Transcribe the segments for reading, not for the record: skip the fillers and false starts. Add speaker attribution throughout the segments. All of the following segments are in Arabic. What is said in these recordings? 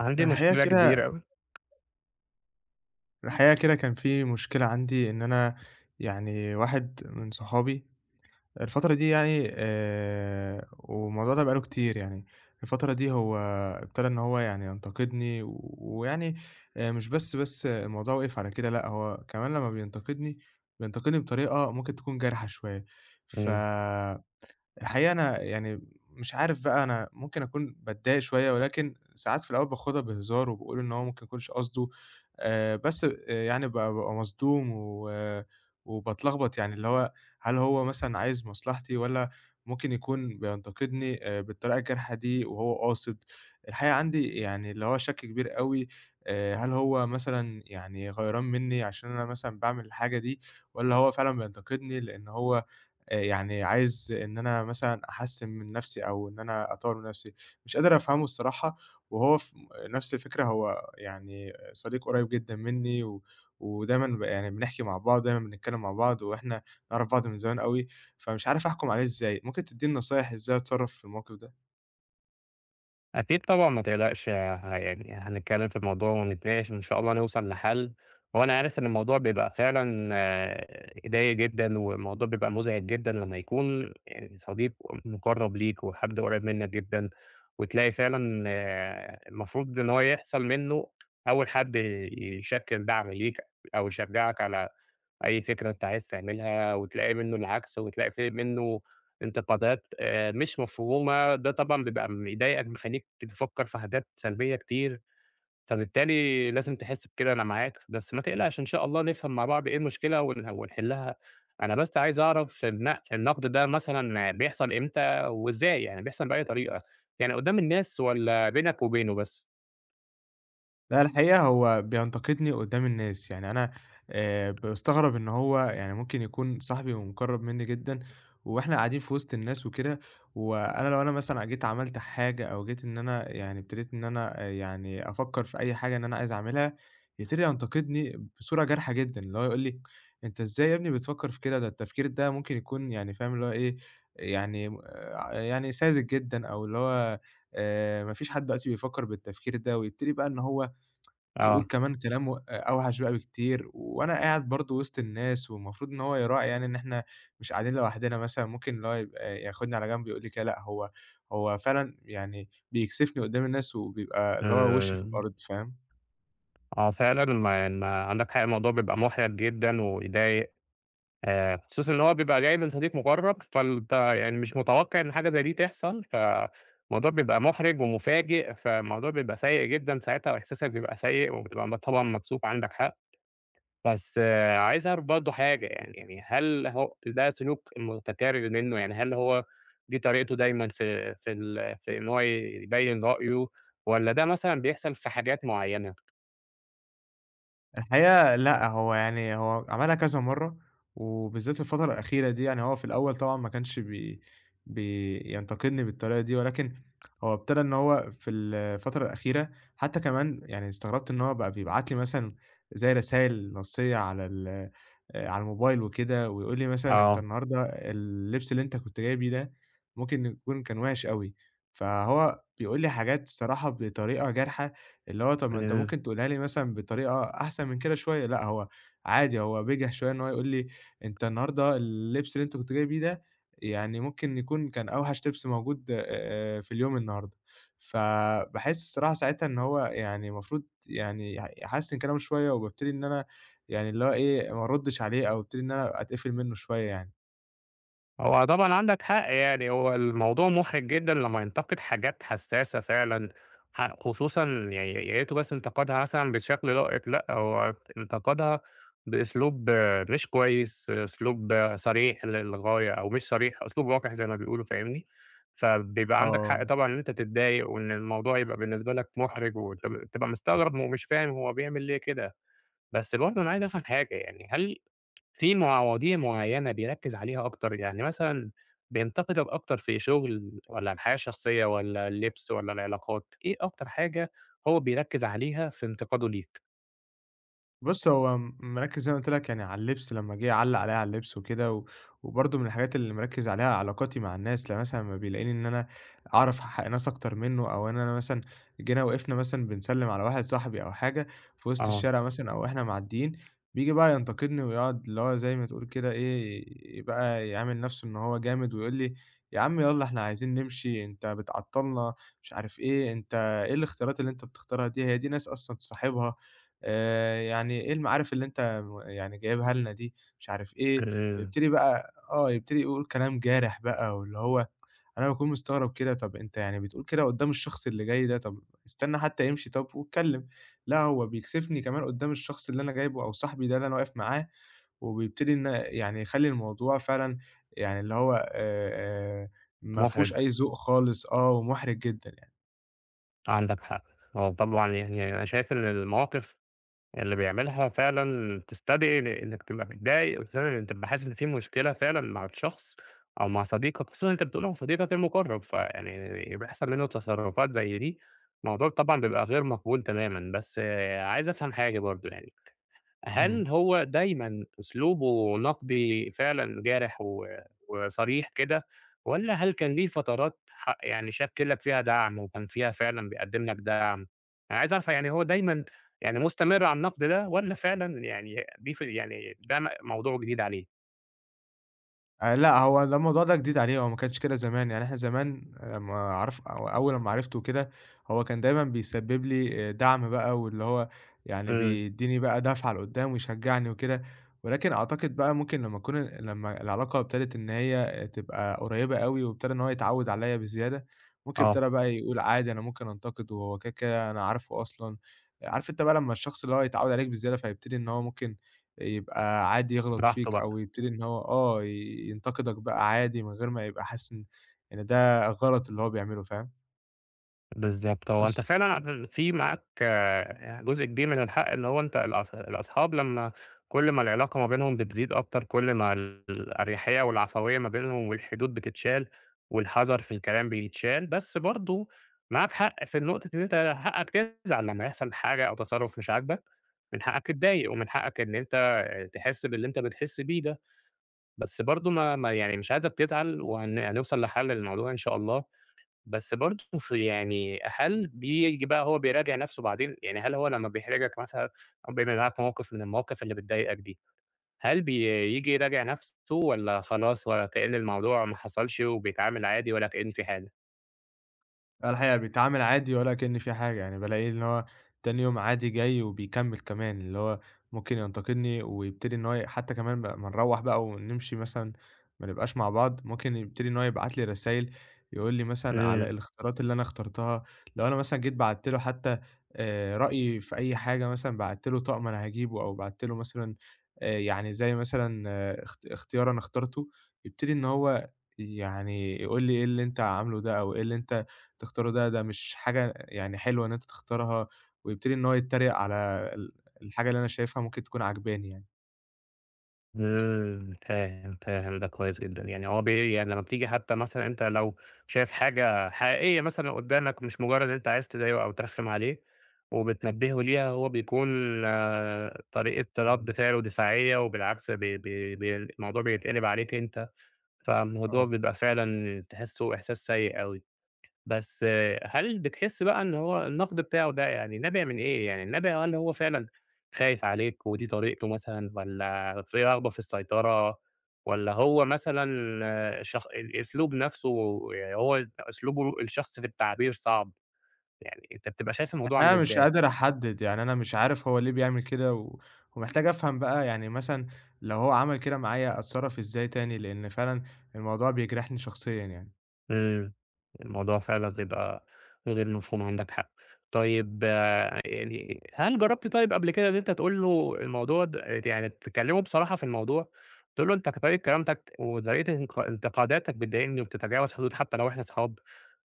Speaker 1: عندي
Speaker 2: الحقيقة
Speaker 1: مشكلة كبيرة
Speaker 2: كده.
Speaker 1: أوي،
Speaker 2: كان في مشكلة عندي إن أنا يعني واحد من صحابي الفترة دي يعني والموضوع ده بقى له كتير يعني، الفترة دي هو ابتدى إن هو يعني ينتقدني ويعني مش بس الموضوع وقف على كده لأ، هو كمان لمّا بينتقدني، بينتقدني بطريقة ممكن تكون جارحة شوية. ف
Speaker 1: إمم،
Speaker 2: الحقيقة أنا يعني مش عارف بقى أنا ممكن أكون باتضايق شوية، ولكن ساعات في الأول باخدها بهزار، وباقول إن هو ممكن ما يكونش قصده، بس آه، يعني بابقى مصدوم وباتلخبط يعني اللي هو هل هو مثلًا عايز مصلحتي، والّا ممكن يكون بينتقدني بالطريقة الجارحة دي وهو قاصد؟ الحقيقة عندي يعني اللي هو شَك كبير أوي، هل هو مثلًا يعني غيران مني عشان أنا مثلًا باعمل الحاجة دي، والّا هو فعلًا بينتقدني لإن هو يعني عايز إن أنا مثلًا أحسّن من نَفْسي أو إن أنا أطوّر من نَفْسي، مش قادر أفهمه الصراحة. وهو في نَفْس الفكرة هو يعني صديق قريّب جدًا منّي ودايمًا يعني بنحكي مع بعض، دايمًا بنتكلّم مع بعض وإحنا نعرف بعض من زمان أوي، فمش عارف أحكُم عليه إزاي، ممكن تدّيني نصايح إزاي أتصرّف في الموقِف ده؟
Speaker 1: أكيد طبعًا ما تقلقش ه يعني هنتكلم في الموضوع ونتناقش وإن شاء الله نوصل لحل، وأنا عارف إن الموضوع بيبقى فعلًا ضيّق جدًا، والموضوع بيبقى مزعج جدًا لمّا يكون يعني صديق مُقرّب ليك وحد قريب منك جدًا، وتلاقي فعلًا آه، المفروض إن هو يحصل منه أول حد يشكل دعم ليك أو يشجعك على أي فكرة أنت عايز تعملها، وتلاقي منه العكس، وتلاقي في منه انتقادات مش مفهومة، ده طبعًا بيبقى مضايقك، مخلّيك تفكّر في حاجات سلبية كتير، فبالتالي لازم تحس بكده، أنا معاك، بس ما تقلقش إن شاء الله نفهم مع بعض إيه المشكلة ونحلها، أنا بس عايز أعرف النقد ده مثلًا بيحصل إمتى وإزاي، يعني بيحصل بأي طريقة، يعني قدّام الناس والّا بينك وبينه بس؟
Speaker 2: لا الحقيقة هو بينتقدني قدّام الناس، يعني أنا باستغرب إن هو يعني ممكن يكون صاحبي ومُقرّب منّي جدًا، وإحنا قاعدين في وسط الناس وكده، وأنا لو أنا مثلًا جيت عملت حاجة أو جيت إن أنا يعني ابتديت إن أنا يعني أفكّر في أي حاجة إن أنا عايز أعملها، يبتدي ينتقدني بصورة جارحة جدًا، اللي هو يقول لي: "أنت إزاي يا ابني بتفكّر في كده؟ ده التفكير ده ممكن يكون" يعني فاهم اللي هو إيه، يعني م يعني ساذج جدًا أو اللي هو ما فيش حد دلوقتي بيفكّر بالتفكير ده، ويبتدي بقى إن هو يقول
Speaker 1: آه.
Speaker 2: كمان كلام أوحش بقى بكتير، وأنا قاعد برضه وسط الناس، والمفروض إن هو يراعي يعني إن إحنا مش قاعدين لوحدنا مثلًا، ممكن اللي هو يبقى ياخدني على جنب يقول لي كده، لأ هو فعلًا يعني بيكسفني قدّام الناس، وبيبقى اللي هو
Speaker 1: آآ
Speaker 2: وشي في الأرض، فاهم؟
Speaker 1: آه فعلًا ما عندك حق، الموضوع بيبقى مُحرِج جدًا ويضايق. خصوصًا إن هو بيبقى جاي من صديق مُقرّب، فأنت يعني مش متوقع إن حاجة زي دي تحصل، فالموضوع بيبقى مُحرِج ومفاجئ، فالموضوع بيبقى سيء جدًا ساعتها وإحساسك بيبقى سيء وبتبقى م طبعًا مبسوط، عندك حق، بس آه، عايز أعرف برضه حاجة يعني هل هو ده سلوك متكرر منّه، يعني هل هو دي طريقته دايمًا في إن هو يبيّن رأيه والّا ده مثلًا بيحصل في حاجات معيّنة؟
Speaker 2: الحقيقة لأ، هو يعني هو عملها كذا مرّة، وبالذات في الفترة الأخيرة دي، يعني هو في الأول طبعًا ما كانش بينتقدني بالطريقة دي، ولكن هو ابتدى إن هو في الفترة الأخيرة حتى كمان يعني استغربت إن هو بقى بيبعت لي مثلًا زي رسايل نصية على ال على الموبايل وكده، ويقول لي مثلًا: "أنت
Speaker 1: آه.
Speaker 2: النهارده اللبس اللي أنت كنت جاي بيه ده ممكن يكون كان وِحِش أوي." فهو بيقول لي حاجات الصراحة بطريقة جارحة اللي هو طب ما أنت ممكن تقولها لي مثلًا بطريقة أحسن من كده شوية، لأ هو عادي هو بِجِح شوية إن هو يقول لي: "أنت النهارده اللبس اللي أنت كنت جاي بيه ده يعني ممكن يكون كان أوحش لبس موجود في اليوم النهارده." فباحس الصراحة ساعتها إن هو يعني المفروض يعني يحسِّن كلامه شوية وبابتدي إن أنا يعني اللي هو إيه، ما أردِّش عليه أو أبتدي إن أنا أتقفل منّه شوية يعني.
Speaker 1: هو طبعًا عندك حق يعني، هو الموضوع مُحرِج جدًا لمّا ينتقد حاجات حسّاسة فعلًا، خصوصًا يعني يا ريته بس انتقدها مثلًا بشكل لائق، لأ هو انتقدها بأسلوب آه، مش كويس، أسلوب آه، صريح للغاية أو مش صريح، أسلوب وقح زي ما بيقولوا، فاهمني؟ فبيبقى عندك حق
Speaker 2: آه.
Speaker 1: طبعًا إن أنت تتضايق وإن الموضوع يبقى بالنسبة لك مُحرِج تبقى مستغرب ومش فاهم هو بيعمل ليه كده. بس برضه أنا عايز أفهم حاجة، يعني هل في مواضيع معيّنة بيركّز عليها أكتر، يعني مثلًا بينتقدك أكتر في شغل والّا الحياة الشخصية والّا اللبس والّا العلاقات، إيه أكتر حاجة هو بيركّز عليها في انتقاده ليك؟
Speaker 2: بُص، هو مركّز زي ما قُلت لك يعني على اللبس لمّا جه علّق عليَّ على اللبس وكده، وبرضه من الحاجات اللي مركّز عليها علاقاتي مع الناس، يعني مثلًا لمّا بيلاقيني إن أنا أعرف أحقق ناس أكتر منّه، أو إن أنا مثلًا جينا وقفنا مثلًا بنسلّم على واحد صاحبي أو حاجة في وسط
Speaker 1: آه.
Speaker 2: الشارع مثلًا أو إحنا معدّيين، بييجي بقى ينتقدني ويقعد اللي هو زي ما تقول كده إيه، يبقى يعمل نَفْسه إن هو جامد ويقول لي: "يا عم يالّا إحنا عايزين نمشي، أنت بتعطّلنا." مش عارف إيه، "أنت إيه الاختيارات اللي أنت بتختارها دي، هي دي ناس أصلًا تصاحبها." يعني إيه المعارف اللي أنت يعني جايبها لنا دي، مش عارف
Speaker 1: آآ،
Speaker 2: إيه، ويبتدي بقى آه، يبتدي يقول كلام جارح بقى، واللي هو أنا باكون مستغرب كده، طَب أنت يعني بتقول كده قدّام الشخص اللي جاي ده، طَب استنى حتى يمشي طَب واتكلم، لا هو بيكسفني كمان قدّام الشخص اللي أنا جايبه أو صاحبي ده اللي أنا واقف معاه، وبيبتدي إن يعني يخلّي الموضوع فعلًا يعني اللي هو آآ ما
Speaker 1: مُحرِج،
Speaker 2: فيهوش أي ذوق خالص، آه، ومُحرِج جدًا يعني.
Speaker 1: عندك حق. هو طبعًا يعني أنا شايف إن المواقف اللي بيعملها فعلًا تستدعي ل إنك تبقى متضايق وتبقى حاسس إن في مشكلة فعلًا مع الشخص أو مع صديقك، خصوصًا أنت بتقول هو صديقك المُقرّب، فيعني بيحصل منه تصرُّفات زي دي، الموضوع طبعًا بيبقى غير مقبول تمامًا. بس آه، عايز أفهم حاجة برضه، يعني
Speaker 2: إمم.
Speaker 1: هل هو دايمًا أسلوبه نقدي فعلًا جارح و وصريح كده، والّا هل كان ليه فترات يعني شكِّل لك فيها دعم وكان فيها فعلًا بيقدّم لك دعم؟ أنا عايز أعرف يعني هو دايمًا يعني مستمر على النقد ده، والّا فعلًا يعني دي يعني ده موضوع جديد عليه؟
Speaker 2: لأ، هو ده الموضوع ده جديد عليه، هو ما كانش كده زمان، يعني إحنا زمان لمّا عرف أو أول لمّا عرفته وكده، هو كان دايمًا بيسبب لي دعم بقى، واللي هو يعني
Speaker 1: إمم،
Speaker 2: بيدّيني بقى دَفعة لقدّام ويشجّعني وكده، ولكن أعتقد بقى ممكن لمّا العلاقة ابتدت إن هي تبقى قريبة أوي، وابتدى إن هو يتعوّد عليَّ بزيادة، ممكن
Speaker 1: آه،
Speaker 2: ابتدى بقى يقول عادي أنا ممكن أنتقده، هو كده، كده أنا عارفه أصلًا، عارف أنت بقى لمّا الشخص اللي هو يتعوّد عليك بزيادة، فيبتدي إن هو ممكن يبقى عادي يغلط
Speaker 1: براحته
Speaker 2: فيك أو
Speaker 1: بقى.
Speaker 2: يبتدي إن هو آه ينتقدك بقى عادي من غير ما يبقى حاسس إن ده غلط اللي هو بيعمله، فاهم؟
Speaker 1: بالضبط، هو أنت
Speaker 2: بس.
Speaker 1: فعلًا في معاك آه، جزء كبير من الحق، اللي هو أنت الأصحاب لمّا كل ما العلاقة ما بينهم بتزيد أكتر، كل ما الأريحية والعفوية ما بينهم والحدود بتتشال، والحذر في الكلام بيتشال، بس برضه معاك حق في نقطة إن أنت حقك تزعل لمّا يحصل حاجة أو تصرُّف مش عاجبك، من حقك تتضايق ومن حقك إن أنت تحس باللي أنت بتحس بيه ده، بس برضه ما يعني مش عايزك تزعل هنوصل لحل للموضوع إن شاء الله. بس برضه في يعني هل بييجي بقى هو بيراجع نَفْسه بعدين؟ يعني هل هو لمّا بيحرجك مثلًا أو بيبقى معاك موقِف من المواقِف اللي بتضايقك دي، هل بييجي يراجع نَفْسه والّا خلاص ولا كإن الموضوع ما حصلش وبيتعامل عادي ولا كإن في حاجة؟
Speaker 2: آه، الحقيقة بيتعامل عادي ولا كأن في حاجة، يعني بالاقيه إن هو تاني يوم عادي جاي وبيكمّل كمان، اللي هو ممكن ينتقدني ويبتدي إن هو حتى كمان أمّا نروّح بقى ونمشي مثلًا ما نبقاش مع بعض، ممكن يبتدي إن هو يبعت لي رسايل يقول لي مثلًا على الاختيارات اللي أنا اخترتها، لو أنا مثلًا جيت بعتّ له حتى رأيي في أي حاجة مثلًا، بعتّ له طقم أنا هاجيبه أو بعتّ له مثلًا يعني زي مثلًا آه، اختيار أنا اخترته، يبتدي إن هو يعني يقول لي إيه اللي أنت عامله ده أو إيه اللي أنت تختاره ده، ده مش حاجة يعني حلوة إن أنت تختارها، ويبتدي إن هو يتريق على ال الحاجة اللي أنا شايفها ممكن تكون عاجباني يعني.
Speaker 1: فاهم، فاهم، ده كويس جدًا، يعني هو بي يعني لمّا بتيجي حتى مثلًا أنت لو شايف حاجة حقيقية مثلًا قدّامك مش مجرّد أنت عايز تضايقه أو ترخّم عليه وبتنبّهه ليها، هو بيكون آه، طريقة رَد
Speaker 2: إمم.
Speaker 1: فعله دفاعية وبالعكس بي الموضوع بيتقلب عليك أنت، فالموضوع
Speaker 2: آه،
Speaker 1: بيبقى فعلًا تحسّه إحساس سيء أوي. بس آه، هل بتحس بقى إن هو النقد بتاعه ده يعني نابع من إيه؟ يعني نابع، هل هو فعلًا خايف عليك ودي طريقته مثلًا، والّا في رغبة في السيطرة، والّا هو مثلًا آه، الأسلوب نفسه يعني هو أسلوبه الشخصي في التعبير صعب؟ يعني أنت بتبقى شايف الموضوع عامل
Speaker 2: أنا مش
Speaker 1: إزاي؟
Speaker 2: قادر أحدد، يعني أنا مش عارف هو ليه بيعمل كده، ومحتاج أفهم بقى يعني مثلًا لو هو عمل كده معايا أتصرّف إزاي تاني، لإن فعلًا الموضوع بيجرحني شخصيًا يعني.
Speaker 1: إمم، الموضوع فعلًا بيبقى غير مفهوم، عندك حق. طيب آه، يعني هل جرّبت طيب قبل كده إن أنت تقول له الموضوع د يعني تكلمه بصراحة في الموضوع، تقول له: "أنت طريقة كلامك وطريقة انتقاداتك بتضايقني وبتتجاوز حدودي حتى لو إحنا صحاب،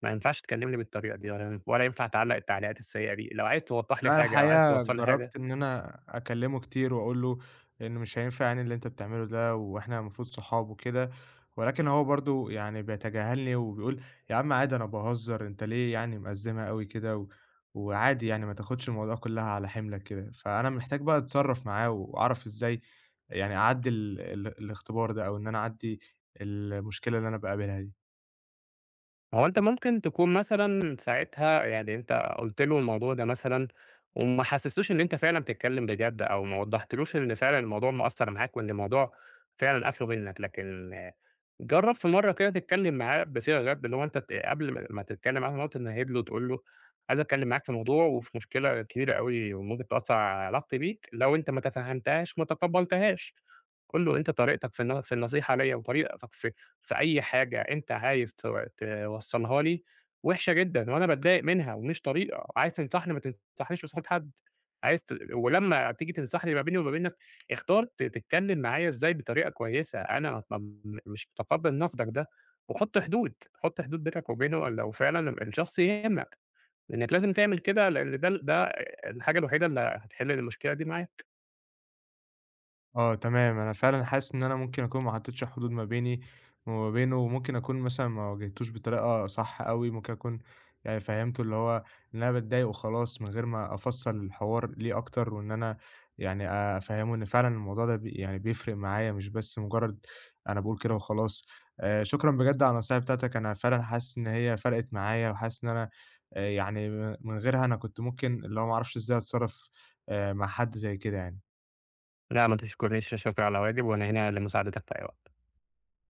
Speaker 1: ما ينفعش تكلمني بالطريقة دي ولا ينفع تعلّق التعليقات السيئة دي، لو عايز توضّح لي
Speaker 2: لأ،
Speaker 1: حاجة أو عايز
Speaker 2: الحقيقة
Speaker 1: توصّل لي حاجة".
Speaker 2: جرّبت إن أنا أكلّمه كتير وأقول له إن مش هينفع يعني اللي أنت بتعمله ده وإحنا المفروض صحاب وكده، ولكن هو برضه يعني بيتجاهلني وبيقول: "يا عم عادي أنا باهزر، أنت ليه يعني مأزّمها أوي كده وعادي يعني ما تاخدش الموضوع كلّها على حِملك كده." فأنا محتاج بقى أتصرّف معاه وأعرف إزاي يعني أعدّي ال ال الاختبار ده أو إن أنا أعدّي المشكلة اللي أنا باقابلها دي.
Speaker 1: هو أنت ممكن تكون مثلًا ساعتها يعني أنت قُلت له الموضوع ده مثلًا وما حسستوش إن أنت فعلًا بتتكلم بجد أو ما وضحتلوش إن فعلًا الموضوع مأثّر معاك وإن الموضوع فعلًا قافله بينك، لكن آه، جرّب في مرّة كده تتكلم معاه بصيغة جد، اللي هو أنت ت قبل ما تتكلم معاه الموضوع تمهِّد له وتقول له: عايز أتكلم معاك في موضوع وفي مشكلة كبيرة أوي وممكن تأثّر على علاقتي بيك، لو أنت ما تفهمتهاش ما تقبلتهاش. قُل له: أنت طريقتك في النصيحة ليّا وطريقتك في في أي حاجة أنت عايز توصّلها لي وِحشة جدًا وأنا باتضايق منها ومش طريقة، عايز تنصحني ما تنصحنيش قصاد حد، عايز ت ولمّا تيجي تنصحني ما بيني وما بينك اختار تتكلم معايا إزاي بطريقة كويسة، أنا مش متقبّل نقدك ده، وحُط حدود، حُط حدود بينك وبينه لو فعلًا الشخص يهمك، لإنّك لازم تعمل كده، لإن ده الحاجة الوحيدة اللي هتحل المشكلة دي معاك.
Speaker 2: آه تمام، أنا فعلًا حاسس إن أنا ممكن أكون ما حطيتش حدود ما بيني وما بينه، وممكن أكون مثلًا ما واجهتوش بطريقة صح أوي، ممكن أكون يعني فهّمته اللي هو إن أنا باتضايق وخلاص من غير ما أفصّل الحوار ليه أكتر، وإن أنا يعني أفهّمه إن فعلًا الموضوع ده يعني بيفرق معايا مش بس مجرد أنا باقول كده وخلاص. شكرًا بجد على النصايح بتاعتك، أنا فعلًا حاسس إن هي فرقت معايا، وحاسس إن أنا يعني من غيرها أنا كنت ممكن اللي هو ما أعرفش إزاي أتصرّف مع حد زي كده يعني.
Speaker 1: لا ما تشكرنيش، لا شكر على واجب، وأنا هنا لمساعدتك في أي وقت.